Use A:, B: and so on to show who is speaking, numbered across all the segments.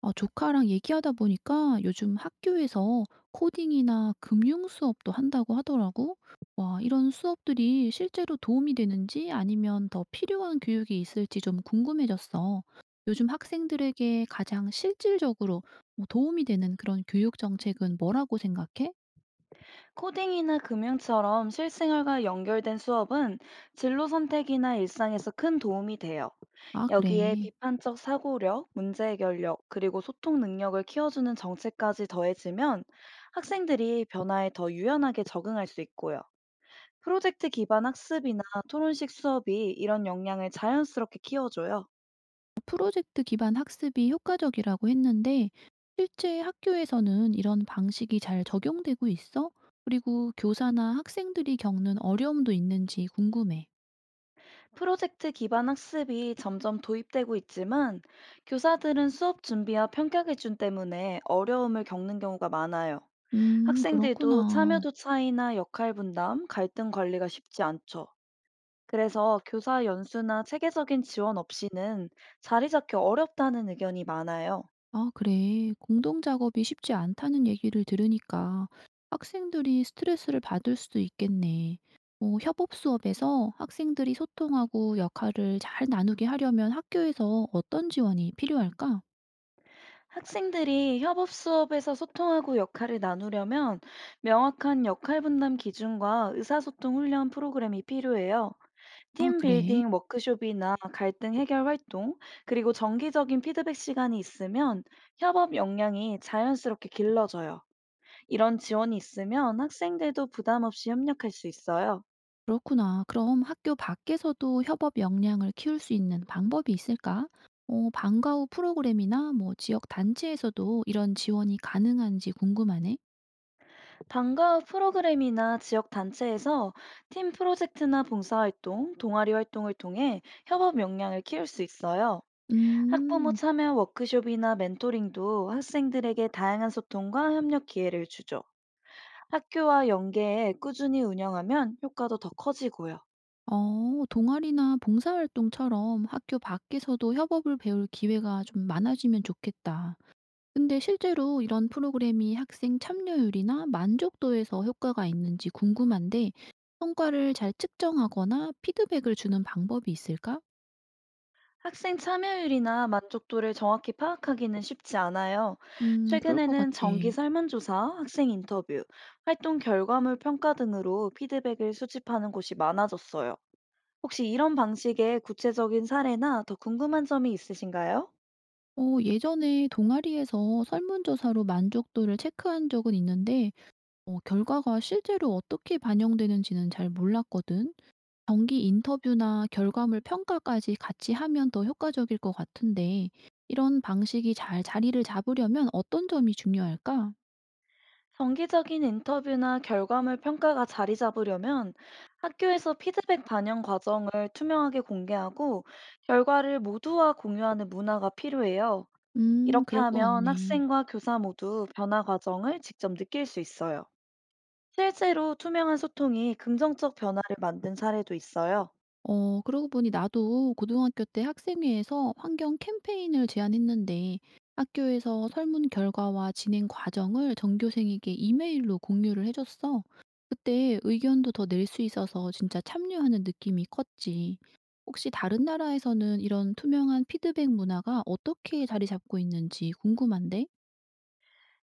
A: 아, 조카랑 얘기하다 보니까 요즘 학교에서 코딩이나 금융 수업도 한다고 하더라고. 와, 이런 수업들이 실제로 도움이 되는지 아니면 더 필요한 교육이 있을지 좀 궁금해졌어. 요즘 학생들에게 가장 실질적으로 뭐 도움이 되는 그런 교육 정책은 뭐라고 생각해?
B: 코딩이나 금융처럼 실생활과 연결된 수업은 진로 선택이나 일상에서 큰 도움이 돼요.
A: 아,
B: 여기에
A: 그래.
B: 비판적 사고력, 문제 해결력, 그리고 소통 능력을 키워주는 정책까지 더해지면 학생들이 변화에 더 유연하게 적응할 수 있고요. 프로젝트 기반 학습이나 토론식 수업이 이런 역량을 자연스럽게 키워줘요.
A: 프로젝트 기반 학습이 효과적이라고 했는데 실제 학교에서는 이런 방식이 잘 적용되고 있어? 그리고 교사나 학생들이 겪는 어려움도 있는지 궁금해.
B: 프로젝트 기반 학습이 점점 도입되고 있지만 교사들은 수업 준비와 평가 기준 때문에 어려움을 겪는 경우가 많아요. 학생들도
A: 그렇구나.
B: 참여도 차이나 역할 분담, 갈등 관리가 쉽지 않죠. 그래서 교사 연수나 체계적인 지원 없이는 자리 잡기 어렵다는 의견이 많아요.
A: 아, 그래. 공동 작업이 쉽지 않다는 얘기를 들으니까 학생들이 스트레스를 받을 수도 있겠네. 뭐, 협업 수업에서 학생들이 소통하고 역할을 잘 나누게 하려면 학교에서 어떤 지원이 필요할까?
B: 학생들이 협업 수업에서 소통하고 역할을 나누려면 명확한 역할 분담 기준과 의사소통 훈련 프로그램이 필요해요.
A: 아,
B: 팀
A: 그래.
B: 빌딩 워크숍이나 갈등 해결 활동, 그리고 정기적인 피드백 시간이 있으면 협업 역량이 자연스럽게 길러져요. 이런 지원이 있으면 학생들도 부담 없이 협력할 수 있어요.
A: 그렇구나. 그럼 학교 밖에서도 협업 역량을 키울 수 있는 방법이 있을까? 어, 방과 후 프로그램이나 뭐 지역 단체에서도 이런 지원이 가능한지 궁금하네.
B: 방과 후 프로그램이나 지역 단체에서 팀 프로젝트나 봉사활동, 동아리 활동을 통해 협업 역량을 키울 수 있어요. 학부모
A: 음,
B: 참여 워크숍이나 멘토링도 학생들에게 다양한 소통과 협력 기회를 주죠. 학교와 연계해 꾸준히 운영하면 효과도 더 커지고요.
A: 어, 동아리나 봉사활동처럼 학교 밖에서도 협업을 배울 기회가 좀 많아지면 좋겠다. 근데 실제로 이런 프로그램이 학생 참여율이나 만족도에서 효과가 있는지 궁금한데, 성과를 잘 측정하거나 피드백을 주는 방법이 있을까?
B: 학생 참여율이나 만족도를 정확히 파악하기는 쉽지 않아요.
A: 음, 그럴 것
B: 최근에는
A: 같아.
B: 정기 설문조사, 학생 인터뷰, 활동 결과물 평가 등으로 피드백을 수집하는 곳이 많아졌어요. 혹시 이런 방식의 구체적인 사례나 더 궁금한 점이 있으신가요?
A: 어, 예전에 동아리에서 설문조사로 만족도를 체크한 적은 있는데 어, 결과가 실제로 어떻게 반영되는지는 잘 몰랐거든. 정기 인터뷰나 결과물 평가까지 같이 하면 더 효과적일 것 같은데 이런 방식이 잘 자리를 잡으려면 어떤 점이 중요할까?
B: 정기적인 인터뷰나 결과물 평가가 자리 잡으려면 학교에서 피드백 반영 과정을 투명하게 공개하고 결과를 모두와 공유하는 문화가 필요해요.
A: 음,
B: 이렇게
A: 그럴 것
B: 하면
A: 같네.
B: 학생과 교사 모두 변화 과정을 직접 느낄 수 있어요. 실제로 투명한 소통이 긍정적 변화를 만든 사례도 있어요.
A: 어, 그러고 보니 나도 고등학교 때 학생회에서 환경 캠페인을 제안했는데 학교에서 설문 결과와 진행 과정을 전교생에게 이메일로 공유를 해줬어. 그때 의견도 더 낼 수 있어서 진짜 참여하는 느낌이 컸지. 혹시 다른 나라에서는 이런 투명한 피드백 문화가 어떻게 자리 잡고 있는지 궁금한데?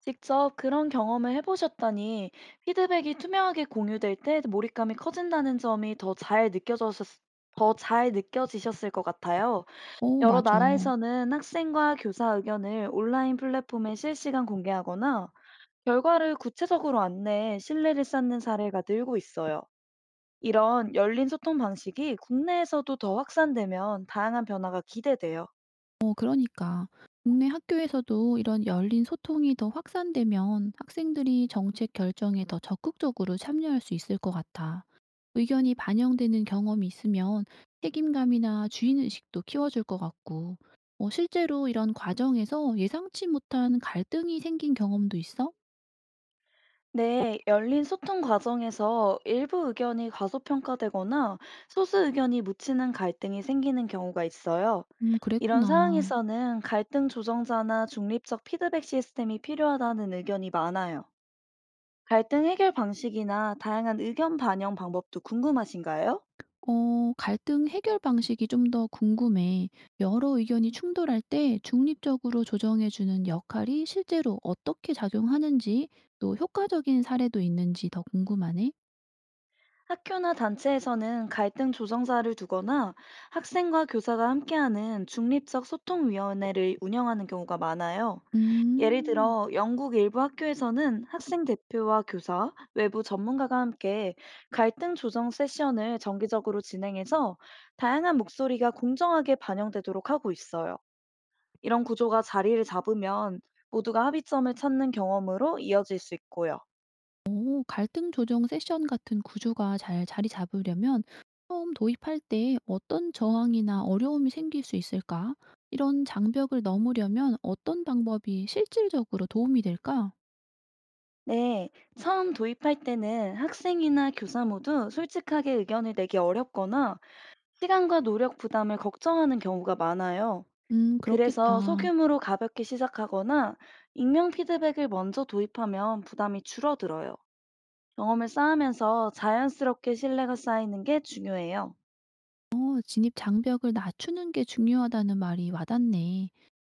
B: 직접 그런 경험을 해보셨다니 피드백이 투명하게 공유될 때 몰입감이 커진다는 점이 더잘 느껴지셨을 것 같아요.
A: 어,
B: 여러
A: 맞아.
B: 나라에서는 학생과 교사 의견을 온라인 플랫폼에 실시간 공개하거나 결과를 구체적으로 안내해 신뢰를 쌓는 사례가 늘고 있어요. 이런 열린 소통 방식이 국내에서도 더 확산되면 다양한 변화가 기대돼요.
A: 어, 그러니까. 국내 학교에서도 이런 열린 소통이 더 확산되면 학생들이 정책 결정에 더 적극적으로 참여할 수 있을 것 같아. 의견이 반영되는 경험이 있으면 책임감이나 주인의식도 키워줄 것 같고, 어, 실제로 이런 과정에서 예상치 못한 갈등이 생긴 경험도 있어?
B: 네, 열린 소통 과정에서 일부 의견이 과소평가되거나 소수 의견이 묻히는 갈등이 생기는 경우가 있어요. 이런
A: 그랬구나.
B: 상황에서는 갈등 조정자나 중립적 피드백 시스템이 필요하다는 의견이 많아요. 갈등 해결 방식이나 다양한 의견 반영 방법도 궁금하신가요?
A: 어, 갈등 해결 방식이 좀 더 궁금해. 여러 의견이 충돌할 때 중립적으로 조정해 주는 역할이 실제로 어떻게 작용하는지, 또 효과적인 사례도 있는지 더 궁금하네.
B: 학교나 단체에서는 갈등 조정사를 두거나 학생과 교사가 함께하는 중립적 소통위원회를 운영하는 경우가 많아요. 예를
A: 음,
B: 들어, 영국 일부 학교에서는 학생 대표와 교사, 외부 전문가가 함께 갈등 조정 세션을 정기적으로 진행해서 다양한 목소리가 공정하게 반영되도록 하고 있어요. 이런 구조가 자리를 잡으면 모두가 합의점을 찾는 경험으로 이어질 수 있고요.
A: 오, 갈등 조정 세션 같은 구조가 잘 자리 잡으려면 처음 도입할 때 어떤 저항이나 어려움이 생길 수 있을까? 이런 장벽을 넘으려면 어떤 방법이 실질적으로 도움이 될까?
B: 네, 처음 도입할 때는 학생이나 교사 모두 솔직하게 의견을 내기 어렵거나 시간과 노력 부담을 걱정하는 경우가 많아요. 그래서
A: 그렇겠다.
B: 소규모로 가볍게 시작하거나 익명 피드백을 먼저 도입하면 부담이 줄어들어요. 경험을 쌓으면서 자연스럽게 신뢰가 쌓이는 게 중요해요.
A: 어, 진입 장벽을 낮추는 게 중요하다는 말이 와닿네.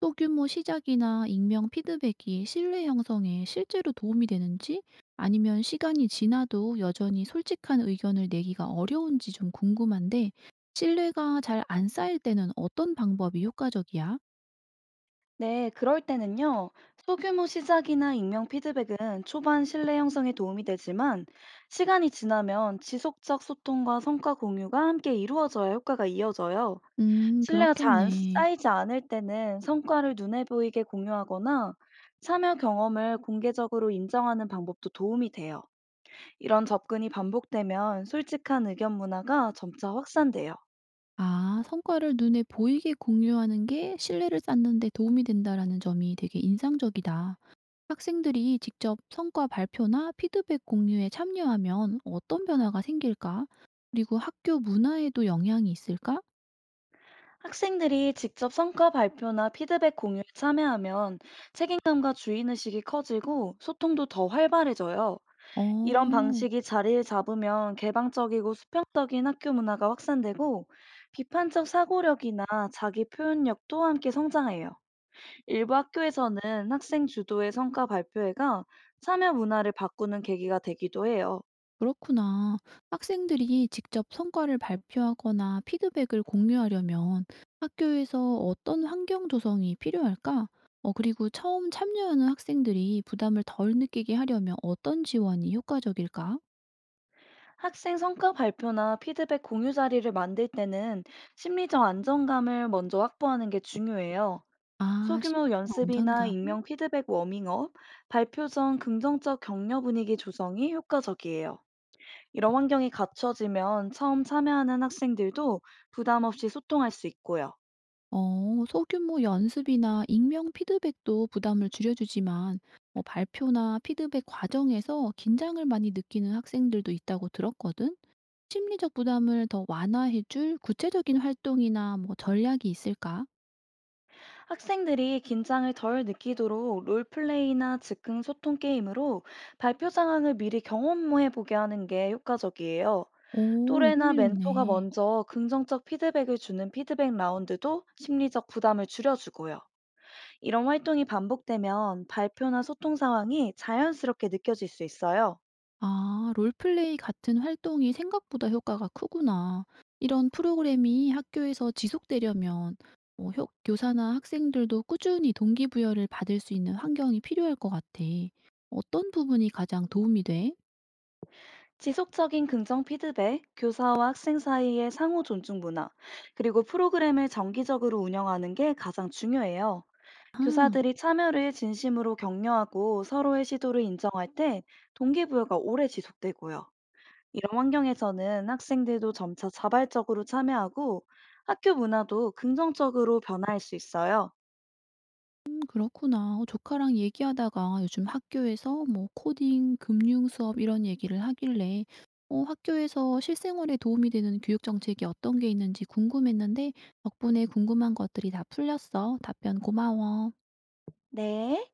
A: 소규모 시작이나 익명 피드백이 신뢰 형성에 실제로 도움이 되는지 아니면 시간이 지나도 여전히 솔직한 의견을 내기가 어려운지 좀 궁금한데 신뢰가 잘 안 쌓일 때는 어떤 방법이 효과적이야?
B: 네, 그럴 때는요, 소규모 시작이나 익명 피드백은 초반 신뢰 형성에 도움이 되지만, 시간이 지나면 지속적 소통과 성과 공유가 함께 이루어져야 효과가 이어져요. 신뢰가 잘 안
A: 그렇겠네.
B: 쌓이지 않을 때는 성과를 눈에 보이게 공유하거나, 참여 경험을 공개적으로 인정하는 방법도 도움이 돼요. 이런 접근이 반복되면 솔직한 의견 문화가 점차 확산돼요.
A: 아, 성과를 눈에 보이게 공유하는 게 신뢰를 쌓는 데 도움이 된다라는 점이 되게 인상적이다. 학생들이 직접 성과 발표나 피드백 공유에 참여하면 어떤 변화가 생길까? 그리고 학교 문화에도 영향이 있을까?
B: 학생들이 직접 성과 발표나 피드백 공유에 참여하면 책임감과 주인의식이 커지고 소통도 더 활발해져요. 이런
A: 어,
B: 방식이 자리를 잡으면 개방적이고 수평적인 학교 문화가 확산되고 비판적 사고력이나 자기 표현력도 함께 성장해요. 일부 학교에서는 학생 주도의 성과 발표회가 참여 문화를 바꾸는 계기가 되기도 해요.
A: 그렇구나. 학생들이 직접 성과를 발표하거나 피드백을 공유하려면 학교에서 어떤 환경 조성이 필요할까? 어, 그리고 처음 참여하는 학생들이 부담을 덜 느끼게 하려면 어떤 지원이 효과적일까?
B: 학생 성과 발표나 피드백 공유 자리를 만들 때는 심리적 안정감을 먼저 확보하는 게 중요해요.
A: 아,
B: 소규모
A: 심리적
B: 연습이나
A: 안전감.
B: 익명 피드백 워밍업, 발표 전 긍정적 격려 분위기 조성이 효과적이에요. 이런 환경이 갖춰지면 처음 참여하는 학생들도 부담 없이 소통할 수 있고요.
A: 어, 소규모 연습이나 익명 피드백도 부담을 줄여주지만, 어, 발표나 피드백 과정에서 긴장을 많이 느끼는 학생들도 있다고 들었거든? 심리적 부담을 더 완화해줄 구체적인 활동이나 뭐 전략이 있을까?
B: 학생들이 긴장을 덜 느끼도록 롤플레이나 즉흥 소통 게임으로 발표 상황을 미리 경험해 보게 하는 게 효과적이에요.
A: 오,
B: 또래나 멘토가
A: 흥미롭네.
B: 먼저 긍정적 피드백을 주는 피드백 라운드도 심리적 부담을 줄여주고요. 이런 활동이 반복되면 발표나 소통 상황이 자연스럽게 느껴질 수 있어요.
A: 아, 롤플레이 같은 활동이 생각보다 효과가 크구나. 이런 프로그램이 학교에서 지속되려면 어, 교사나 학생들도 꾸준히 동기부여를 받을 수 있는 환경이 필요할 것 같아. 어떤 부분이 가장 도움이 돼?
B: 지속적인 긍정 피드백, 교사와 학생 사이의 상호 존중 문화, 그리고 프로그램을 정기적으로 운영하는 게 가장 중요해요.
A: 아.
B: 교사들이 참여를 진심으로 격려하고 서로의 시도를 인정할 때 동기부여가 오래 지속되고요. 이런 환경에서는 학생들도 점차 자발적으로 참여하고 학교 문화도 긍정적으로 변화할 수 있어요.
A: 음, 그렇구나. 어, 조카랑 얘기하다가 요즘 학교에서 뭐 코딩, 금융 수업 이런 얘기를 하길래 어, 학교에서 실생활에 도움이 되는 교육 정책이 어떤 게 있는지 궁금했는데 덕분에 궁금한 것들이 다 풀렸어. 답변 고마워.
B: 네.